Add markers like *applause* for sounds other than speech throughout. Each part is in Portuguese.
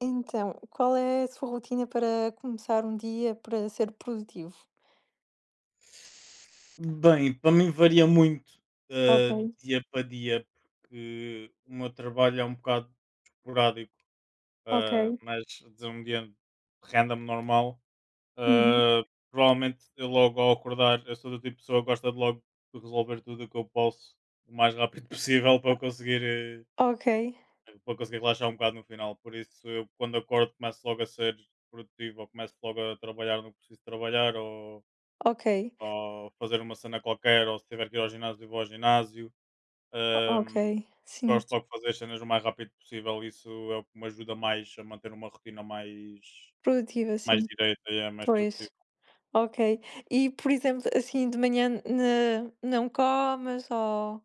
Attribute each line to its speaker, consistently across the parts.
Speaker 1: Então, qual é a sua rotina para começar um dia para ser produtivo?
Speaker 2: Bem, para mim varia muito,
Speaker 1: Ok,
Speaker 2: de dia para dia, porque o meu trabalho é um bocado esporádico,
Speaker 1: ok.
Speaker 2: mas a dizer um dia random normal,
Speaker 1: Uhum.
Speaker 2: eh, provavelmente eu logo ao acordar, eu sou do tipo de pessoa que gosta de logo de resolver tudo o que eu posso o mais rápido *laughs* possível
Speaker 1: Ok,
Speaker 2: para eu conseguir relaxar um bocado no final. Por isso eu quando acordo começo logo a ser produtivo ou começo logo a trabalhar no que preciso trabalhar ou
Speaker 1: ok,
Speaker 2: ou fazer uma cena qualquer, ou se tiver que ir ao ginásio, vou ao ginásio.
Speaker 1: ok,
Speaker 2: Ahm,
Speaker 1: sim,
Speaker 2: Gosto logo de fazer as cenas o mais rápido possível, isso é o que me ajuda mais a manter uma rotina mais,
Speaker 1: produtiva,
Speaker 2: mais
Speaker 1: sim,
Speaker 2: direita e é mais produtiva.
Speaker 1: pois, ok. E, por exemplo, assim, de manhã não comas ou...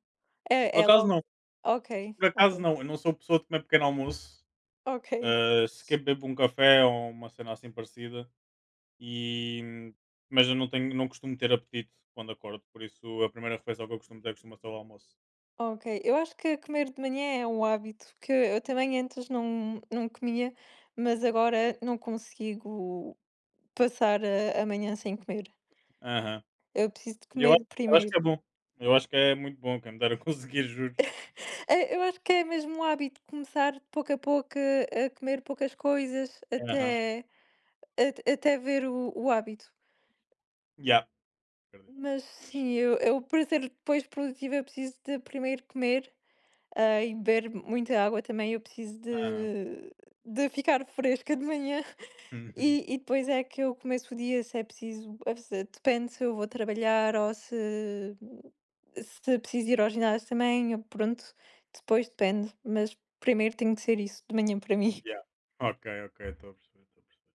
Speaker 2: Por
Speaker 1: É
Speaker 2: acaso
Speaker 1: logo,
Speaker 2: não,
Speaker 1: ok,
Speaker 2: por acaso
Speaker 1: Ok.
Speaker 2: não, eu não sou pessoa de comer pequeno almoço,
Speaker 1: Ok,
Speaker 2: sequer bebo um café ou uma cena assim parecida, e, mas eu não, tenho, não costumo ter apetite quando acordo, por isso a primeira refeição que eu costumo ter costuma ser o almoço.
Speaker 1: ok. Eu acho que comer de manhã é um hábito que eu também antes não comia, mas agora não consigo passar a manhã sem comer.
Speaker 2: Aham.
Speaker 1: Eu preciso de
Speaker 2: E
Speaker 1: comer
Speaker 2: eu acho que
Speaker 1: primeiro.
Speaker 2: é bom, eu acho que é muito bom, quem me dera *laughs* conseguir, juro.
Speaker 1: Eu acho que é mesmo um hábito começar de pouco a pouco a comer poucas coisas
Speaker 2: Aham.
Speaker 1: até ver o hábito.
Speaker 2: Yeah. Acredito.
Speaker 1: Mas sim, eu para ser depois produtiva eu preciso de primeiro comer, e beber muita água também. Eu preciso
Speaker 2: Aham.
Speaker 1: de ficar fresca de manhã.
Speaker 2: Uhum.
Speaker 1: E depois é que eu começo o dia, se é preciso a se depende se eu vou trabalhar ou se preciso ir ao ginásio também, eu pronto, depois depende, mas primeiro tem que ser isso de manhã para mim.
Speaker 2: Yeah.
Speaker 1: *laughs*
Speaker 2: Ok, ok, estou a perceber, estou a perceber.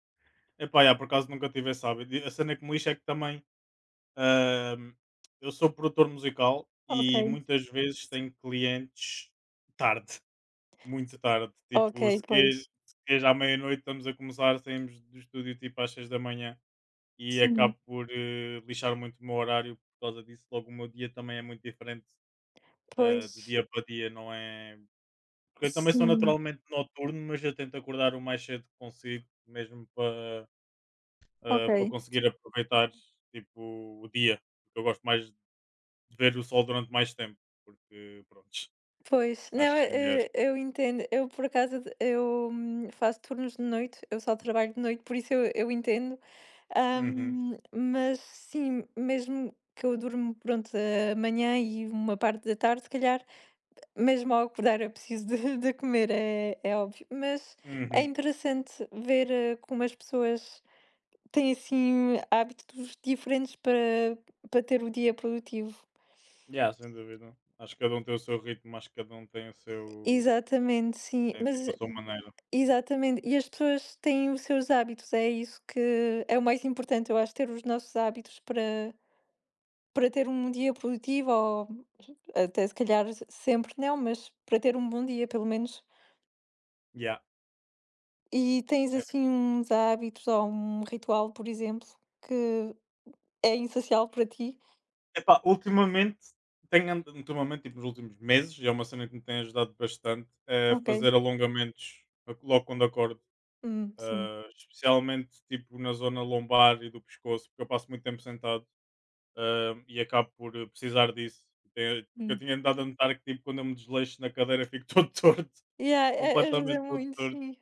Speaker 2: Epá, yeah, por acaso nunca tive esse hábito. E a cena que me lixa é que também ahm, eu sou produtor musical
Speaker 1: Ok,
Speaker 2: e muitas vezes tenho clientes tarde, *laughs* muito tarde.
Speaker 1: ok,
Speaker 2: Tipo, se queres,
Speaker 1: pois.
Speaker 2: à meia-noite estamos a começar, saímos do estúdio tipo às 6 da manhã e
Speaker 1: Sim,
Speaker 2: acabo por lixar muito o meu horário por causa disso. Logo o meu dia também é muito diferente de
Speaker 1: pois.
Speaker 2: dia para dia, não é? Porque eu também sou
Speaker 1: Sim,
Speaker 2: naturalmente noturno, mas eu tento acordar o mais cedo que consigo, mesmo para
Speaker 1: ok.
Speaker 2: conseguir aproveitar tipo, o dia. Porque eu gosto mais de ver o sol durante mais tempo, porque pronto, *laughs*
Speaker 1: Pois, não,
Speaker 2: acho que é melhor.
Speaker 1: eu entendo. Eu, por acaso, faço turnos de noite, eu só trabalho de noite, por isso eu entendo.
Speaker 2: Uhum,
Speaker 1: Mas sim, mesmo que eu durmo, pronto, a manhã e uma parte da tarde, se calhar, mesmo ao acordar eu preciso de comer, é óbvio. Mas é
Speaker 2: uhum.
Speaker 1: interessante ver como as pessoas têm, assim, hábitos diferentes para ter o dia produtivo.
Speaker 2: Yeah, sem dúvida. Acho que cada um tem o seu ritmo, acho que cada um tem o seu
Speaker 1: Exatamente, sim,
Speaker 2: tem
Speaker 1: mas
Speaker 2: tipo a sua maneira.
Speaker 1: exatamente. E as pessoas têm os seus hábitos, é isso que é o mais importante, eu acho, ter os nossos hábitos para para ter um dia produtivo ou até se calhar sempre não, mas para ter um bom dia, pelo menos.
Speaker 2: Yeah.
Speaker 1: E tens
Speaker 2: É-
Speaker 1: assim uns hábitos ou um ritual, por exemplo, que é essencial para ti?
Speaker 2: Epá, ultimamente ultimamente, tipo, nos últimos meses, e é uma cena que me tem ajudado bastante, é
Speaker 1: Ok.
Speaker 2: fazer alongamentos logo quando acordo.
Speaker 1: Sim.
Speaker 2: Especialmente tipo na zona lombar e do pescoço, porque eu passo muito tempo sentado e acabo por precisar disso. Porque eu
Speaker 1: Hum.
Speaker 2: tinha andado a notar que tipo, quando eu me desleixo na cadeira fico *laughs* todo torto,
Speaker 1: Yeah, ajuda
Speaker 2: completamente todo
Speaker 1: muito,
Speaker 2: torto.
Speaker 1: sim.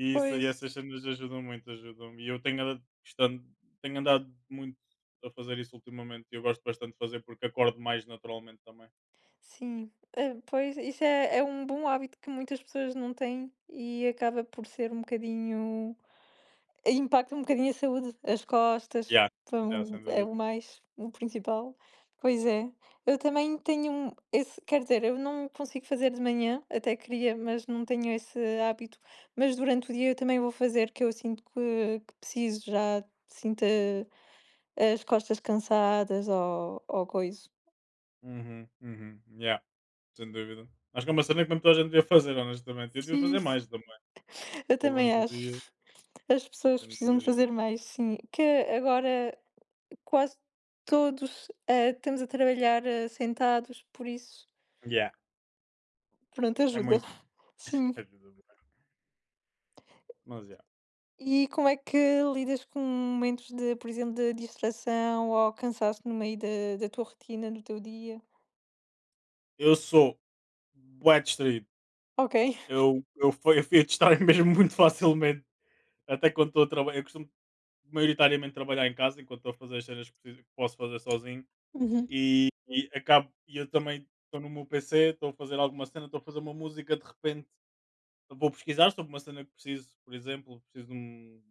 Speaker 2: E, isso, e
Speaker 1: Pois,
Speaker 2: essas cenas ajudam muito, ajudam. E eu tenho andado, tenho andado muito a fazer isso ultimamente e eu gosto bastante de fazer porque acordo mais naturalmente também.
Speaker 1: sim. Pois, isso é um bom hábito que muitas pessoas não têm e acaba por ser um bocadinho impacta um bocadinho a saúde, as costas,
Speaker 2: Yeah,
Speaker 1: foi
Speaker 2: yeah,
Speaker 1: um
Speaker 2: sem
Speaker 1: é
Speaker 2: dúvida.
Speaker 1: o mais o principal. Pois é. Eu também tenho um esse quer dizer, eu não consigo fazer de manhã, até queria, mas não tenho esse hábito, mas durante o dia eu também vou fazer, que eu sinto que preciso, já sinto a as costas cansadas ou coiso.
Speaker 2: Uhum, uhum, yeah, sem dúvida. Acho que é uma cena que mesmo toda a gente devia fazer, honestamente. Eu devia
Speaker 1: Sim,
Speaker 2: fazer mais
Speaker 1: eu
Speaker 2: ao
Speaker 1: também
Speaker 2: longo do dia,
Speaker 1: acho. As pessoas
Speaker 2: sem
Speaker 1: precisam de
Speaker 2: dúvida.
Speaker 1: fazer mais, sim. Que agora quase todos, estamos a trabalhar, sentados, por isso,
Speaker 2: Yeah,
Speaker 1: pronto,
Speaker 2: é
Speaker 1: ajuda.
Speaker 2: muito,
Speaker 1: *laughs* Sim.
Speaker 2: ajuda bué. Mas yeah,
Speaker 1: E como é que lidas com momentos de, por exemplo, de distração ou cansaço no meio da tua rotina, do teu dia?
Speaker 2: eu sou bué distraído.
Speaker 1: Ok.
Speaker 2: *laughs* Eu fui a distrair *laughs* mesmo muito facilmente. Até quando estou a trabalhar. Eu costumo maioritariamente trabalhar em casa enquanto estou a fazer as cenas que que posso fazer sozinho.
Speaker 1: Uhum.
Speaker 2: E acabo, e eu também estou no meu PC, estou a fazer alguma cena, estou a fazer uma música, de repente vou pesquisar sobre uma cena que preciso, por exemplo,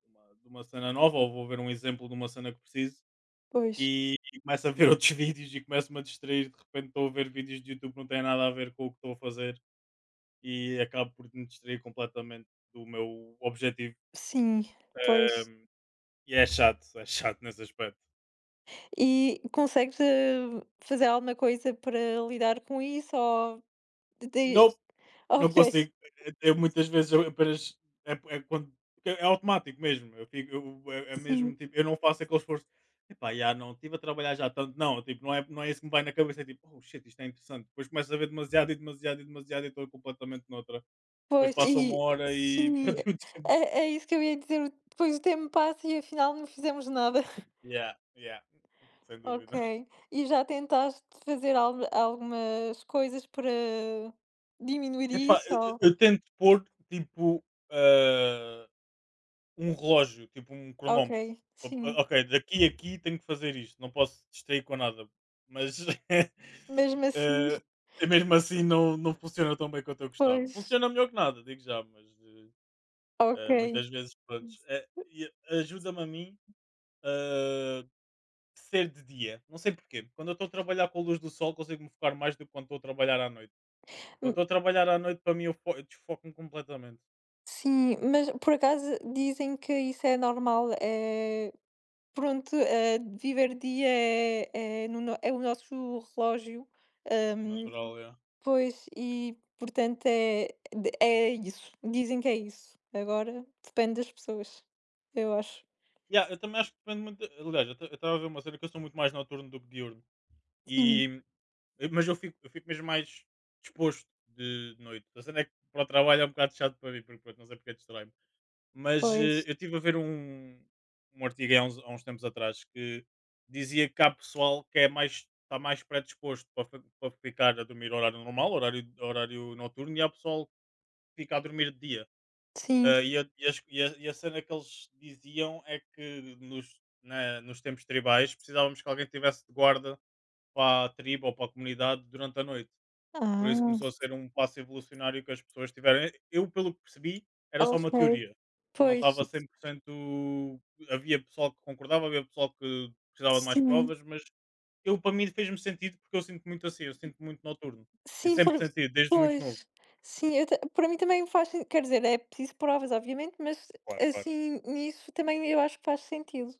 Speaker 2: de uma cena nova, ou vou ver um exemplo de uma cena que preciso,
Speaker 1: Pois.
Speaker 2: e começo a ver outros *laughs* vídeos e começo-me a distrair, de repente estou a ver vídeos de YouTube que não têm nada a ver com o que estou a fazer e acabo por me distrair completamente do meu objetivo.
Speaker 1: Sim, pois.
Speaker 2: Ehm, e é chato nesse aspecto.
Speaker 1: E consegues, fazer alguma coisa para lidar com isso ou de
Speaker 2: Não, não
Speaker 1: ok,
Speaker 2: consigo. Eu muitas vezes eu apenas é, é quando porque é automático mesmo. Eu fico, é, é
Speaker 1: sim.
Speaker 2: mesmo tipo, eu não faço aquele esforço. Epá, já não estive a trabalhar já tanto, não, tipo, não é, não é isso que me vai na cabeça, é tipo, oh shit, isto é interessante. Depois começo a ver demasiado e demasiado e demasiado e estou completamente noutra. Depois
Speaker 1: Pois,
Speaker 2: passou uma
Speaker 1: e
Speaker 2: hora e *laughs*
Speaker 1: sim,
Speaker 2: perdi o tempo.
Speaker 1: é é isso que eu ia dizer, depois o tempo passa e afinal não fizemos nada. *laughs*
Speaker 2: Yeah, yeah, sem
Speaker 1: Ok.
Speaker 2: dúvida.
Speaker 1: E já tentaste fazer algumas coisas para diminuir
Speaker 2: Epá,
Speaker 1: isso
Speaker 2: eu, eu-
Speaker 1: ou
Speaker 2: eu tento pôr tipo ah, um relógio, tipo um
Speaker 1: ok,
Speaker 2: cronómetro. O-
Speaker 1: sim.
Speaker 2: Ok, daqui a aqui tenho que fazer isto, não posso distrair com nada. Mas *laughs*
Speaker 1: Mesmo assim
Speaker 2: eh, mesmo assim não, não funciona tão bem quanto eu gostava.
Speaker 1: pois,
Speaker 2: Funciona melhor que nada, digo já, mas
Speaker 1: ok.
Speaker 2: muitas vezes pronto, e ajuda-me a mim eh, ser de dia. Não sei porquê. Quando eu estou a trabalhar com a luz do sol, consigo me focar mais do que quando estou a trabalhar à noite. Quando
Speaker 1: Hum,
Speaker 2: estou a trabalhar à noite, para mim, eu desfoco-me completamente.
Speaker 1: sim, mas por acaso dizem que isso é normal, é pronto, viver dia é o nosso relógio, ahm,
Speaker 2: Natural, é.
Speaker 1: pois, e portanto é isso. Dizem que é isso. Agora depende das pessoas, eu acho.
Speaker 2: Yeah, eu também acho que depende muito. Aliás, eu estava a ver uma cena que eu sou muito mais noturno do que diurno.
Speaker 1: Sim,
Speaker 2: E... mas eu fico mesmo mais disposto de noite. A cena é que para o trabalho é um bocado chato para mim, porque pronto, não sei porque distrai-me. Mas
Speaker 1: pois.
Speaker 2: eu estive a ver um artigo aí há uns tempos atrás que dizia que há pessoal que é mais, está mais predisposto para, para ficar a dormir horário normal, horário noturno, e há pessoal que fica a dormir de dia.
Speaker 1: Sim.
Speaker 2: Ah, e, a, e, as- e a- E a cena que eles diziam é que nos, nos tempos tribais precisávamos que alguém tivesse de guarda para a tribo ou para a comunidade durante a noite. Por isso
Speaker 1: Ah,
Speaker 2: começou a ser um passo evolucionário que as pessoas tiveram. Eu, pelo que percebi, era só uma
Speaker 1: ok.
Speaker 2: teoria. Não
Speaker 1: Pois,
Speaker 2: estava 100%. Havia pessoal que concordava, havia pessoal que precisava de mais
Speaker 1: sim.
Speaker 2: provas, mas eu, para mim, fez-me sentido porque eu sinto muito assim, eu sinto muito noturno. Eu
Speaker 1: Sim,
Speaker 2: sempre senti, desde muito novo.
Speaker 1: pois. Sim, para mim também faz sentido. Quer dizer, é preciso provas, obviamente, mas
Speaker 2: Claro, claro.
Speaker 1: assim, nisso também eu acho que faz sentido.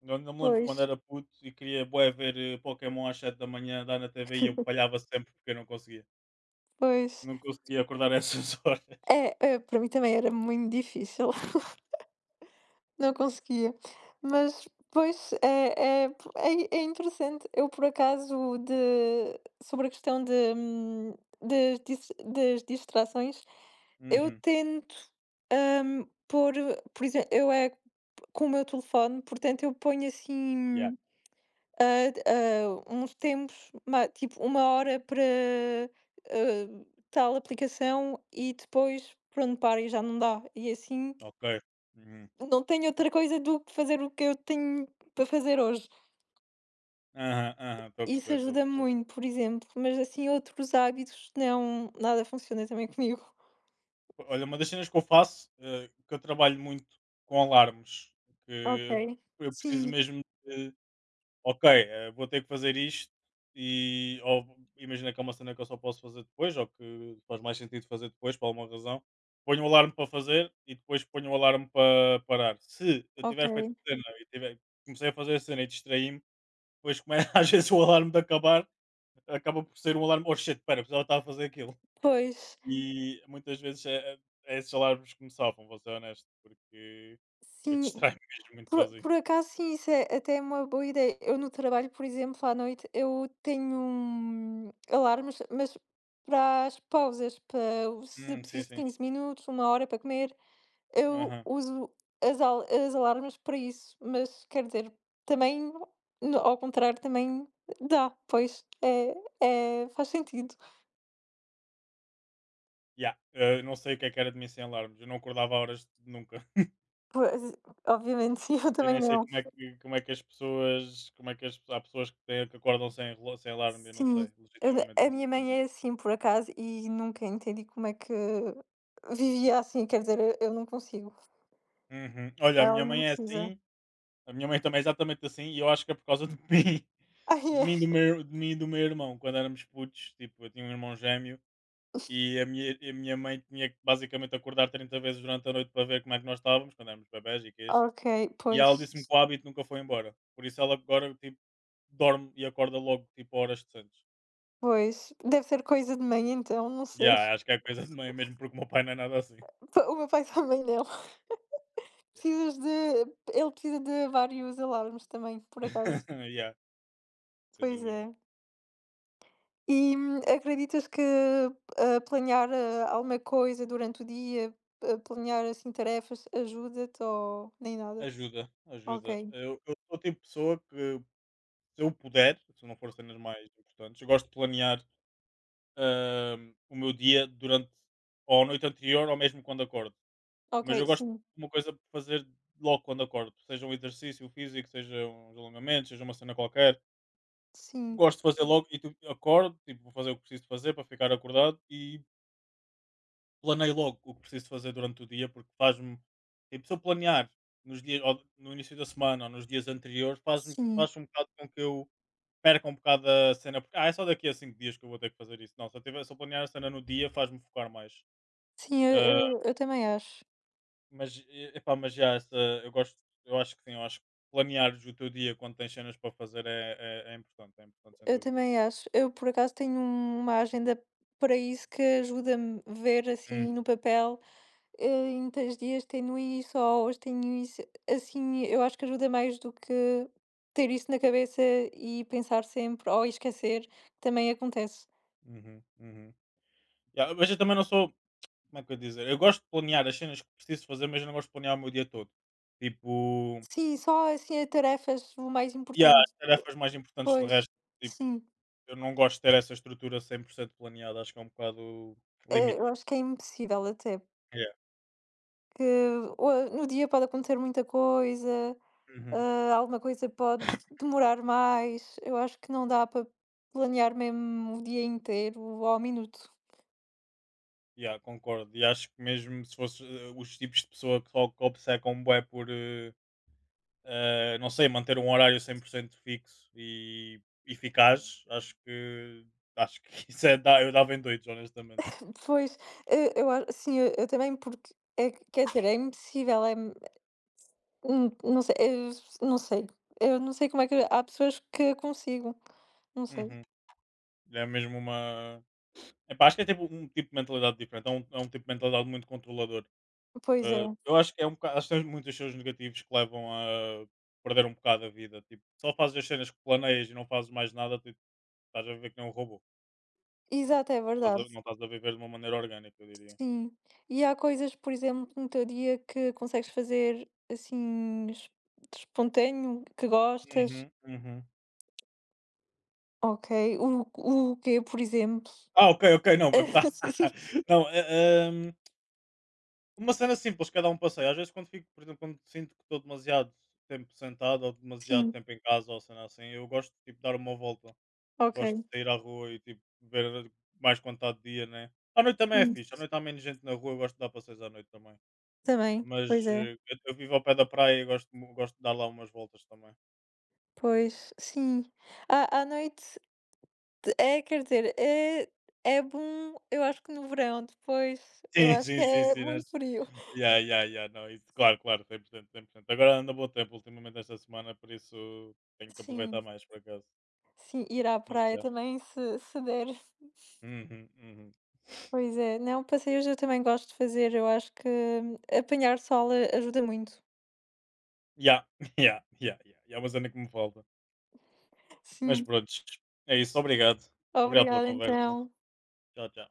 Speaker 2: Eu ainda me lembro
Speaker 1: Pois,
Speaker 2: quando era puto e queria bué ver Pokémon às 7 da manhã, dar na TV e eu falhava sempre porque eu não conseguia.
Speaker 1: pois.
Speaker 2: Não conseguia acordar a essas *laughs* horas.
Speaker 1: É, para mim também era muito difícil, *laughs* não conseguia. Mas, pois, é interessante. Eu, por acaso, de sobre a questão de, das distrações, eu
Speaker 2: Uhum.
Speaker 1: tento, pôr por exemplo, eu é com o meu telefone, portanto, eu ponho
Speaker 2: Yeah.
Speaker 1: assim, uns tempos, ma tipo uma hora para, hã, tal aplicação e depois, pronto, paro e já não dá. E assim
Speaker 2: Ok. Uhum.
Speaker 1: não tenho outra coisa do que fazer o que eu tenho para fazer hoje.
Speaker 2: Aham, aham, estou a
Speaker 1: Isso
Speaker 2: perceber, estou a
Speaker 1: ajuda
Speaker 2: perceber.
Speaker 1: muito, por exemplo, mas assim outros hábitos não, nada funciona também *laughs* comigo.
Speaker 2: Olha, uma das cenas que eu faço, eh, que eu trabalho muito com alarmes, que
Speaker 1: Ok.
Speaker 2: eu preciso
Speaker 1: Sim,
Speaker 2: mesmo de, ok, vou ter que fazer isto, e ou imagina que é uma cena que eu só posso fazer depois, ou que faz mais sentido fazer depois, por alguma razão, ponho o alarme para fazer e depois ponho o alarme para parar. Se eu
Speaker 1: ok.
Speaker 2: tiver feito a cena e tiver, comecei a fazer a cena e distraí-me, depois começa *laughs* às vezes o alarme de acabar, acaba por ser um alarme, oh shit, espera, precisava estar a fazer aquilo.
Speaker 1: Pois,
Speaker 2: E muitas vezes é, é esses alarmes que me salvam, vou ser honesto, porque eu
Speaker 1: sim,
Speaker 2: distraio-me *laughs* mesmo muito
Speaker 1: por
Speaker 2: sozinho.
Speaker 1: por acaso sim, isso é até uma boa ideia. Eu no trabalho, por exemplo, à noite, eu tenho, alarmes, mas para as pausas, para o se
Speaker 2: Sim,
Speaker 1: preciso de
Speaker 2: sim.
Speaker 1: 15 minutos, uma hora para comer. Eu
Speaker 2: Aham.
Speaker 1: uso as alarmas para isso, mas quer dizer, também no ao contrário também dá, pois, é faz sentido.
Speaker 2: Yeah. Eh, não sei o que é que era de mim sem alarmes. Eu não acordava a horas nunca. *laughs*
Speaker 1: Pois, obviamente sim, *laughs* eu
Speaker 2: Eu
Speaker 1: também
Speaker 2: nem sei
Speaker 1: não.
Speaker 2: como é que as pessoas. Como é que as, há pessoas que, têm, que acordam sem, sem alarme, eu não sei.
Speaker 1: Sim, eu na
Speaker 2: Legitimamente
Speaker 1: a
Speaker 2: não
Speaker 1: minha
Speaker 2: sei como.
Speaker 1: mãe é assim por acaso e nunca entendi como é que vivia assim, quer dizer, eu não consigo.
Speaker 2: Uhum. Olha, a
Speaker 1: Ela
Speaker 2: minha
Speaker 1: não
Speaker 2: mãe é
Speaker 1: precisa.
Speaker 2: assim, a minha, mãe também é exatamente assim, e eu acho que é por causa de *laughs* mim. De mim, e do
Speaker 1: *laughs*
Speaker 2: meu, de mim e do meu irmão, quando éramos putos, tipo, eu tinha um irmão gêmeo. E a minha mãe tinha que basicamente acordar 30 vezes durante a noite para ver como é que nós estávamos, quando éramos bebés e queijo.
Speaker 1: Ah, é? Ok,
Speaker 2: E ela
Speaker 1: pois,
Speaker 2: disse-me que o hábito nunca foi embora. Por isso ela agora tipo, dorme e acorda logo tipo a horas decentes.
Speaker 1: pois, deve ser coisa de mãe então, não sei.
Speaker 2: Yeah, acho que é coisa de mãe mesmo, porque o meu pai não é nada assim.
Speaker 1: *laughs* O meu pai também não.
Speaker 2: Yeah.
Speaker 1: Precisas de Ele precisa de vários alarmes também, por acaso.
Speaker 2: *laughs* Yeah, sem
Speaker 1: Pois
Speaker 2: dúvida.
Speaker 1: é. E, acreditas que, planear, alguma coisa durante o dia, planear, assim, tarefas, ajuda-te ou nem nada?
Speaker 2: Ajuda,
Speaker 1: Ok,
Speaker 2: ajuda. Eu sou o tipo de pessoa que, se eu puder, se não for cenas mais importantes, eu gosto de planear o meu dia durante ou a noite anterior ou mesmo quando acordo.
Speaker 1: ok,
Speaker 2: Mas eu gosto
Speaker 1: sim,
Speaker 2: de uma coisa para fazer logo quando acordo, seja um exercício físico, seja uns alongamentos, seja uma cena qualquer.
Speaker 1: sim,
Speaker 2: Gosto de fazer logo e tu acordo, tipo, vou fazer o que preciso fazer para ficar acordado e planeio logo o que preciso fazer durante o dia, porque faz-me. Tipo, se eu planear nos dias, ou no início da semana ou nos dias anteriores, faz-me
Speaker 1: sim,
Speaker 2: faz um bocado com que eu perca um bocado a cena, porque é só daqui a 5 dias que eu vou ter que fazer isso. Não, se eu, tiver, se eu planear a cena no dia, faz-me focar mais.
Speaker 1: sim, eu
Speaker 2: Ah,
Speaker 1: eu eu também acho.
Speaker 2: Mas, e epá, mas já, essa, eu gosto, eu acho que sim, eu acho que planeares o teu dia quando tens cenas para fazer é, é, é importante, sem
Speaker 1: Eu
Speaker 2: dúvida.
Speaker 1: também acho. Eu, por acaso, tenho uma agenda para isso que ajuda-me a ver,
Speaker 2: Hum,
Speaker 1: assim, no papel, eh, em tais dias tenho isso, ou hoje tenho isso. Assim, eu acho que ajuda mais do que ter isso na cabeça e pensar sempre, ou esquecer, que também acontece.
Speaker 2: Uhum, uhum. Ya, mas eu também não sou, como é que eu ia dizer? Eu gosto de planear as cenas que preciso fazer, mas eu não gosto de planear o meu dia todo. Tipo,
Speaker 1: Sim, só, assim, a tarefas, o mais
Speaker 2: ya,
Speaker 1: importante.
Speaker 2: as tarefas mais importantes de
Speaker 1: Pois,
Speaker 2: resto, tipo,
Speaker 1: sim.
Speaker 2: eu não gosto de ter essa estrutura 100% planeada, acho que é um bocado
Speaker 1: Eu
Speaker 2: limitante.
Speaker 1: acho que é impossível até,
Speaker 2: Yeah.
Speaker 1: porque o no dia pode acontecer muita coisa.
Speaker 2: Uhum.
Speaker 1: Ah, alguma coisa pode demorar mais. Eu acho que não dá para planear mesmo o dia inteiro ao minuto.
Speaker 2: Ya, concordo. E acho que mesmo se fosse os tipos de pessoa que só que obcecam bué por. Não sei, manter um horário 100% fixo e eficaz, acho que *laughs* isso é, eu dava em doidos, honestamente.
Speaker 1: Depois, eu acho, sim, eu também, porque é, quer dizer, é impossível, não sei, eu não sei. Eu não sei como é que há pessoas que consigo. Não sei.
Speaker 2: Uhum. É mesmo uma. Epá, acho que é tipo um tipo de mentalidade diferente, é um tipo de mentalidade muito controlador.
Speaker 1: Pois é.
Speaker 2: Eu acho que é um bocado, acho que tem muitos seus negativos que levam a perder um bocado a vida. Tipo, só fazes as cenas que planeias e não fazes mais nada, tipo, estás a viver que nem um robô.
Speaker 1: Exato, é
Speaker 2: Não estás, a,
Speaker 1: verdade.
Speaker 2: não estás a viver de uma maneira orgânica, eu diria.
Speaker 1: Sim. E há coisas, por exemplo, no teu dia que consegues fazer assim espontâneo, que gostas.
Speaker 2: Uhum, uhum.
Speaker 1: Ok, o quê, por exemplo?
Speaker 2: Ah, ok, ok, não.
Speaker 1: *laughs*
Speaker 2: *laughs* Não uma cena simples, cada um passeio. Às vezes quando fico, por exemplo, quando sinto que estou demasiado tempo sentado ou demasiado
Speaker 1: Sim,
Speaker 2: tempo em casa ou cena assim, eu gosto de tipo, dar uma volta.
Speaker 1: ok,
Speaker 2: Gosto de sair à rua e tipo, ver mais quando está de dia, né? À noite também é
Speaker 1: sim,
Speaker 2: fixe, à noite há menos gente na rua, eu gosto de dar passeios à noite também.
Speaker 1: também,
Speaker 2: Mas
Speaker 1: pois é,
Speaker 2: eu vivo ao pé da praia e gosto, gosto de dar lá umas voltas também.
Speaker 1: pois, sim. À noite t é, quer dizer, é bom, eu acho que no verão, depois
Speaker 2: *laughs*
Speaker 1: eu
Speaker 2: Sim,
Speaker 1: acho que
Speaker 2: sim, sim,
Speaker 1: é
Speaker 2: sim. Nós...
Speaker 1: muito frio.
Speaker 2: Yeah, yeah, yeah, não, isso, claro, claro, 100%, cem por 100%. Agora anda bom tempo ultimamente esta semana, por isso tenho que aproveitar
Speaker 1: Sim,
Speaker 2: mais, por acaso.
Speaker 1: sim, ir à
Speaker 2: Mas,
Speaker 1: praia
Speaker 2: yeah.
Speaker 1: também se der.
Speaker 2: Uhum, uhum.
Speaker 1: Pois é, não, passeios eu também gosto de fazer, eu acho que apanhar sol a ajuda muito.
Speaker 2: Ya, ya, ya, ya, *laughs* é uma cena que me falta. Mas
Speaker 1: Sim,
Speaker 2: pronto, é isso. Obrigado. Obrigado pela
Speaker 1: obrigada
Speaker 2: conversa.
Speaker 1: então.
Speaker 2: Tchau, tchau.